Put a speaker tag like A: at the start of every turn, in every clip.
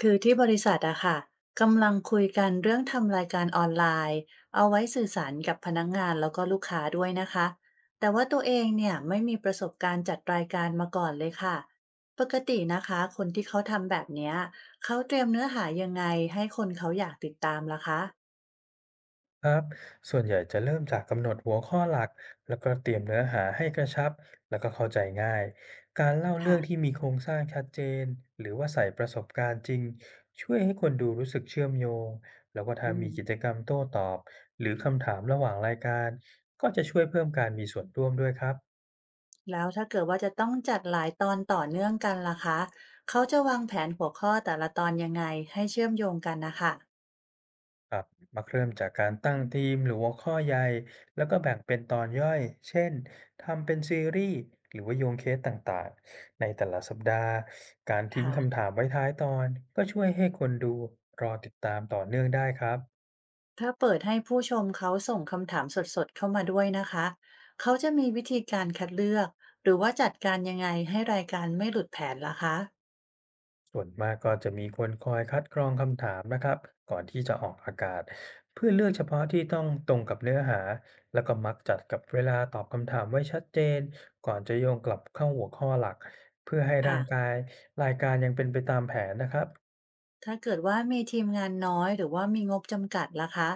A: คือที่บริษัทอะค่ะกำลังคุยกันเรื่องทำรายการออนไลน์เอาไว้สื่อสารกับพนักงานแล้วก็ลูกค้าด้วยนะคะแต่ว่าตัวเองเนี่ยไม่มีประสบการณ์จัดรายการมาก่อนเลยค่ะปกตินะคะคนที่เขาทำแบบเนี้ยเขาเตรียมเนื้อหายังไงให้คนเขาอยากติดตามล่ะคะ
B: ครับส่วนใหญ่จะเริ่มจากกำหนดหัวข้อหลักแล้วก็เตรียมเนื้อหาให้กระชับ แล้วก็เข้าใจง่ายการเล่าเรื่อ
A: ค่ะ
B: งที่มีโครงสร้างชัดเจน หรือว่าใส่ประสบการณ์จริง ช่วยให้คนดูรู้สึกเชื่อมโยง แล้วก็
A: อื
B: ถ้า
A: ม
B: มีกิจกรรมโต้ตอบ หรือคำถามระหว่างรายการก็จะช่วยเพิ่มการมีส่วนร่วมด้วยครับ
A: แล้วถ้าเกิดว่าจะต้องจัดหลายตอนต่อเนื่องกันล่ะคะเขาจะวางแผนหัวข้อแต่ละตอนยังไงให้เชื่อมโยงกันนะคะ
B: ครับมักเริ่มจากการตั้งธีมหรือหัวข้อใหญ่แล้วก็แบ่งเป็นตอนย่อยเช่นทำเป็นซีรีส์หรือว่าโยงเคสต่างๆในแต่ละสัปดาห์การทิ้ง
A: ค่ะ
B: คำถามไว้ท้ายตอนก็ช่วยให้คนดูรอติดตามต่อเนื่องได้ครับ
A: ถ้าเปิดให้ผู้ชมเขาส่งคำถามสดๆเข้ามาด้วยนะคะ เขาจะมีวิธีการคัดเลือกหรือว่าจัดการยังไงให้รายการไม่หลุดแผนล่ะคะ
B: ส่วนมากก็จะมีคนคอยคัดกรองคำถามนะครับก่อนที่จะออกอากาศเพื่อเลือกเฉพาะที่ต้องตรงกับเนื้อหาแล้วก็มักจัดกับเวลาตอบคำถามไว้ชัดเจนก่อนจะโยงกลับเข้าหัวข้อหลักเพื่อให้ร่า
A: ค่ะ
B: งกายรายการยังเป็นไปตามแผนนะครับ
A: ถ้าเกิดว่ามีทีมงานน้อยหรือว่ามีงบจำกัดล่ะคะ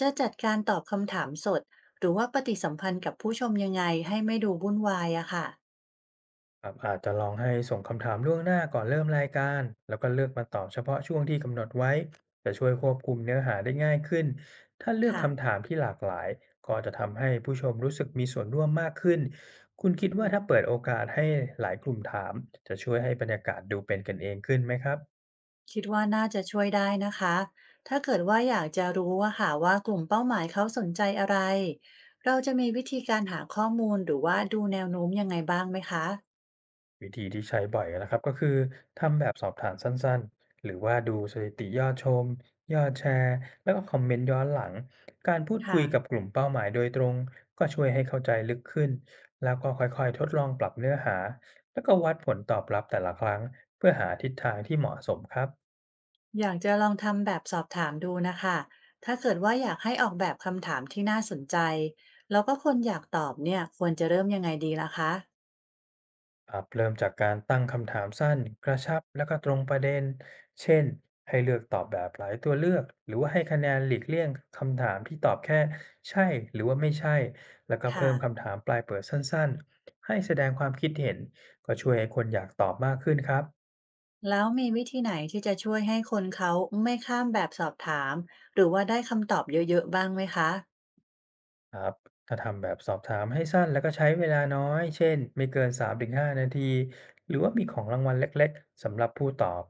A: จะจัดการตอบคำถามสดหรือว่าปฏิสัมพันธ์กับผู้ชมยังไงให้ไม่ดูวุ่นวายอะค่ะ
B: ครับอาจจะลองให้ส่งคำถามล่วงหน้าก่อนเริ่มรายการแล้วก็เลือกมาตอบเฉพาะช่วงที่กำหนดไว้จะช่วยควบคุมเนื้อหาได้ง่ายขึ้นถ้าเลือกคำ
A: ค่ะ
B: ถามที่หลากหลายก็จะทำให้ผู้ชมรู้สึกมีส่วนร่วมมากขึ้นคุณคิด
A: อื
B: ว่าถ้า
A: ม
B: เปิดโอกาสให้หลายกลุ่มถามจะช่วยให้บรรยากาศดูเป็นกันเองขึ้นไหมครับ
A: คิดว่าน่าจะช่วยได้นะคะถ้าเกิดว่าอยากจะรู้ว่าค่ะว่ากลุ่มเป้าหมายเขาสนใจอะไร เราจะมีวิธีการหาข้อมูลหรือว่าดูแนวโน้มยังไงบ้างไหมคะ
B: วิธีที่ใช้บ่อยนะครับก็คือทำแบบสอบถามสั้นๆหรือว่าดูสถิติยอดชมยอดแชร์แล้วก็คอมเมนต์ย้อนหลังการพูดคุ
A: ค่ะ
B: ยกับกลุ่มเป้าหมายโดยตรงก็ช่วยให้เข้าใจลึกขึ้นแล้วก็ค่อยๆทดลองปรับเนื้อหาแล้วก็วัดผลตอบรับแต่ละครั้งเพื่อหาทิศทางที่เหมาะสมครับ
A: อยากจะลองทำแบบสอบถามดูนะคะ ถ้าเกิดว่าอยากให้ออกแบบคำถามที่น่าสนใจ แล้วก็คนอยากตอบเนี่ยควรจะเริ่มยังไงดีล่ะคะ
B: ครับเริ่มจากการตั้งคำถามสั้นกระชับและก็ตรงประเด็น เช่นให้เลือกตอบแบบหลายตัวเลือกหรือว่าให้คะแนนหลีกเลี่ยงคำถามที่ตอบแค่ใช่หรือว่าไม่ใช่แล้วก็เพิ่
A: ค่ะ
B: มคำถามปลายเปิดสั้นๆให้แสดงความคิดเห็นก็ช่วยให้คนอยากตอบมากขึ้นครับ
A: แล้วมีวิธีไหนที่จะช่วยให้คนเขาไม่ข้ามแบบสอบถามหรือว่าได้คำตอบเยอะๆบ้างไหมคะ
B: ครับถ้าทำแบบสอบถามให้สั้นแล้วก็ใช้เวลาน้อย เช่นไม่เกิน3-5นาทีหรือว่ามีของรางวัลเล็กๆสำหรับผู้ตอบ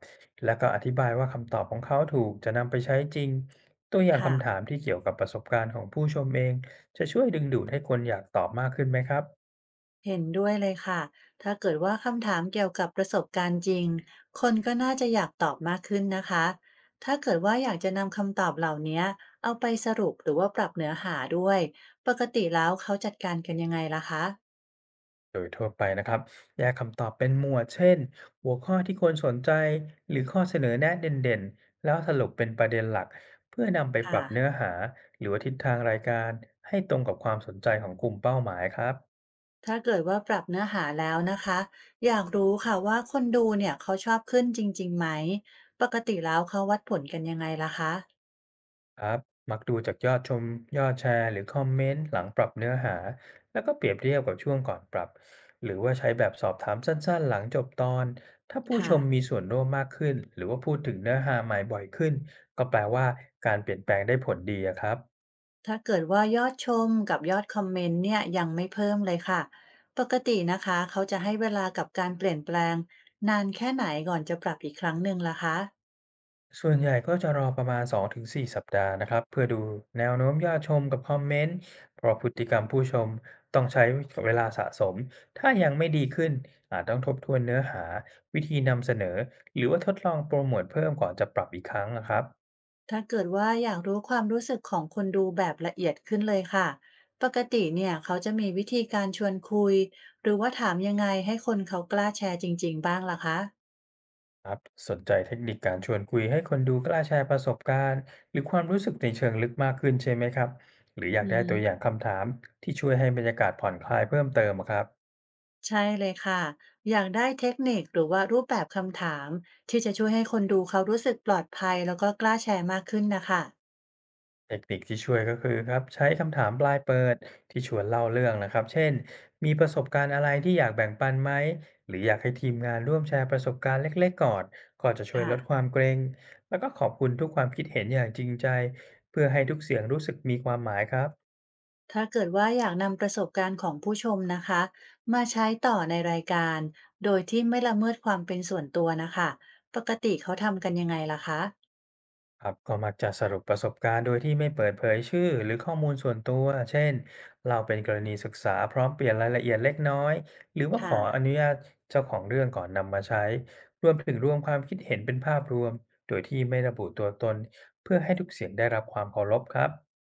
B: แล้วก็อธิบายว่าคำตอบของเขาถูกจะนำไปใช้จริงตัวอย่างคำถา
A: ค่ะ
B: มที่เกี่ยวกับประสบการณ์ของผู้ชมเองจะช่วยดึงดูดให้คนอยากตอบมากขึ้นไหมครับ
A: เห็นด้วยเลยค่ะถ้าเกิดว่าคำถามเกี่ยวกับประสบการณ์จริงคนก็น่าจะอยากตอบมากขึ้นนะคะถ้าเกิดว่าอยากจะนำคำตอบเหล่านี้เอาไปสรุปหรือว่าปรับเนื้อหาด้วยปกติแล้วเขาจัดการกันยังไงล่ะคะ
B: โดยทั่วไปนะครับแยกคำตอบเป็นหมวดเช่น หัวข้อที่คนสนใจ หรือข้อเสนอแนะเด่นๆ แล้วสรุปเป็นประเด็นหลัก เพื่อนำไปปรั
A: ค่ะ
B: บเนื้อหา หรือว่าทิศทางรายการให้ตรงกับความสนใจของกลุ่มเป้าหมายครับ
A: ถ้าเกิดว่าปรับเนื้อหาแล้วนะคะ อยากรู้ค่ะว่าคนดูเนี่ยเขาชอบขึ้นจริงๆไหม ปกติแล้วเขาวัดผลกันยังไงล่ะคะ
B: ครับมักดูจากยอดชมยอดแชร์หรือคอมเมนต์หลังปรับเนื้อหาแล้วก็เปรียบเทียบกับช่วงก่อนปรับหรือว่าใช้แบบสอบถามสั้นๆหลังจบตอนถ้าผู้ช
A: ค่ะ
B: มมีส่วนร่วมมากขึ้นหรือว่าพูดถึงเนื้อหาใหม่บ่อยขึ้นก็แปลว่าการเปลี่ยนแปลงได้ผลดีอะครับ
A: ถ้าเกิดว่ายอดชมกับยอดคอมเมนต์เนี่ยยังไม่เพิ่มเลยค่ะปกตินะคะเขาจะให้เวลากับการเปลี่ยนแปลงนานแค่ไหนก่อนจะปรับอีกครั้งหนึ่งล่ะคะ
B: ส่วนใหญ่ก็จะรอประมาณ2-4สสัปดาห์นะครับเพื่อดูแนวโน้มยอดชมกับคอมเมนต์เพราะพฤติกรรมผู้ชมต้องใช้เวลาสะสมถ้ายังไม่ดีขึ้นอาจต้องทบทวนเนื้อหาวิธีนำเสนอหรือว่าทดลองโปรโมทเพิ่มก่อนจะปรับอีกครั้งนะครับ
A: ถ้าเกิดว่าอยากรู้ความรู้สึกของคนดูแบบละเอียดขึ้นเลยค่ะปกติเนี่ยเขาจะมีวิธีการชวนคุยหรือว่าถามยังไงให้คนเขากล้าแชร์จริงๆบ้างล่ะคะ
B: ครับสนใจเทคนิคการชวนคุยให้คนดูกล้าแชร์ประสบการณ์หรือความรู้สึกในเชิงลึกมากขึ้นใช่ไหมครับหรืออยาก
A: อือ
B: ได้
A: ฮึ
B: ตัวอย่างคำถามที่ช่วยให้บรรยากาศผ่อนคลายเพิ่มเติมอะครับ
A: ใช่เลยค่ะอยากได้เทคนิคหรือว่ารูปแบบคำถามที่จะช่วยให้คนดูเขารู้สึกปลอดภัยแล้วก็กล้าแชร์มากขึ้นนะคะ
B: เทคนิคที่ช่วยก็คือครับใช้คำถามปลายเปิดที่ชวนเล่าเรื่องนะครับเช่นมีประสบการณ์อะไรที่อยากแบ่งปันไหมหรืออยากให้ทีมงานร่วมแชร์ประสบการณ์เล็กๆก่อนก็จะช่วยลดค
A: ค่ะ
B: วามเกรงแล้วก็ขอบคุณทุกความคิดเห็นอย่างจริงใจเพื่อให้ทุกเสียงรู้สึกมีความหมายครับ
A: ถ้าเกิดว่าอยากนำประสบการณ์ของผู้ชมนะคะมาใช้ต่อในรายการโดยที่ไม่ละเมิดความเป็นส่วนตัวนะคะปกติเขาทำกันยังไงล่ะคะ
B: ครับก็มักจะสรุปประสบการณ์โดยที่ไม่เปิดเผยชื่อหรือข้อมูลส่วนตัวเช่นเราเป็นกรณีศึกษาพร้อมเปลี่ยนรายละเอียดเล็กน้อยหรือว่าข
A: ค่ะ
B: ออนุญาตเจ้าของเรื่องก่อนนำมาใช้รวมถึงรวมความคิดเห็นเป็นภาพรวมโดยที่ไม่ระบุตัวตนเพื่อให้ทุกเสียงได้รับความเคารพครับ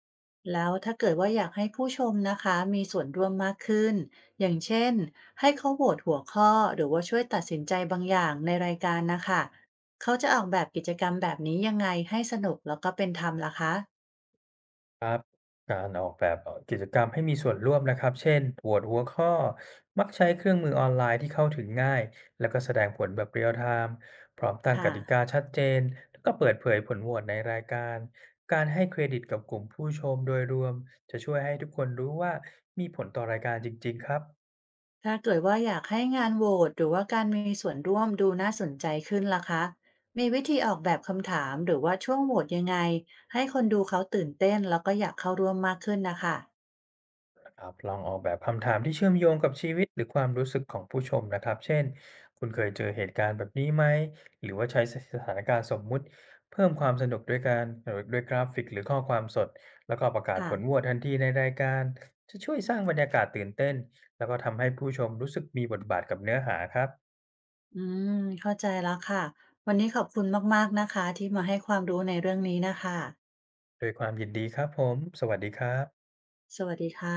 A: แล้วถ้าเกิดว่าอยากให้ผู้ชมนะคะมีส่วนร่วมมากขึ้นอย่างเช่นให้เขาโหวตหัวข้อหรือว่าช่วยตัดสินใจบางอย่างในรายการนะคะเขาจะออกแบบกิจกรรมแบบนี้ยังไงให้สนุกแล้วก็เป็นธรรมล่ะคะ
B: ครับการออกแบบกิจกรรมให้มีส่วนร่วมนะครับ เช่นโหวตหัวข้อ มักใช้เครื่องมือออนไลน์ที่เข้าถึงง่าย แล้วก็แสดงผลแบบเรียลไทม์พร้อมตั้งก
A: ค่ะ
B: ติกาชัดเจน แล้วก็เปิดเผยผลโหวตในรายการ การให้เครดิตกับกลุ่มผู้ชมโดยรวมจะช่วยให้ทุกคนรู้ว่ามีผลต่อรายการจริงๆครับ
A: ถ้าเกิดว่าอยากให้งานโหวตหรือว่าการมีส่วนร่วมดูน่าสนใจขึ้นล่ะคะมีวิธีออกแบบคำถามหรือว่าช่วงโหวตยังไงให้คนดูเขาตื่นเต้นแล้วก็อยากเข้าร่วมมากขึ้นนะคะ
B: ครับลองออกแบบคำถามที่เชื่อมโยงกับชีวิตหรือความรู้สึกของผู้ชมนะครับเช่น คุณเคยเจอเหตุการณ์แบบนี้ไหมหรือว่าใช้สถานการณ์สมมุติเพิ่มความสนุกด้วยการด้วยกราฟิกหรือข้อความสดแล้วก็ประกาศ
A: ค่ะ
B: ผลโหวตทันทีในรายการจะช่วยสร้างบรรยากาศตื่นเต้นแล้วก็ทำให้ผู้ชมรู้สึกมีบทบาทกับเนื้อหาครับ
A: อืมเข้าใจแล้วค่ะวันนี้ขอบคุณมากๆนะคะที่มาให้ความรู้ในเรื่องนี้นะคะ
B: โดยความยินดีครับผมสวัสดีครับ
A: สวัสดีค่ะ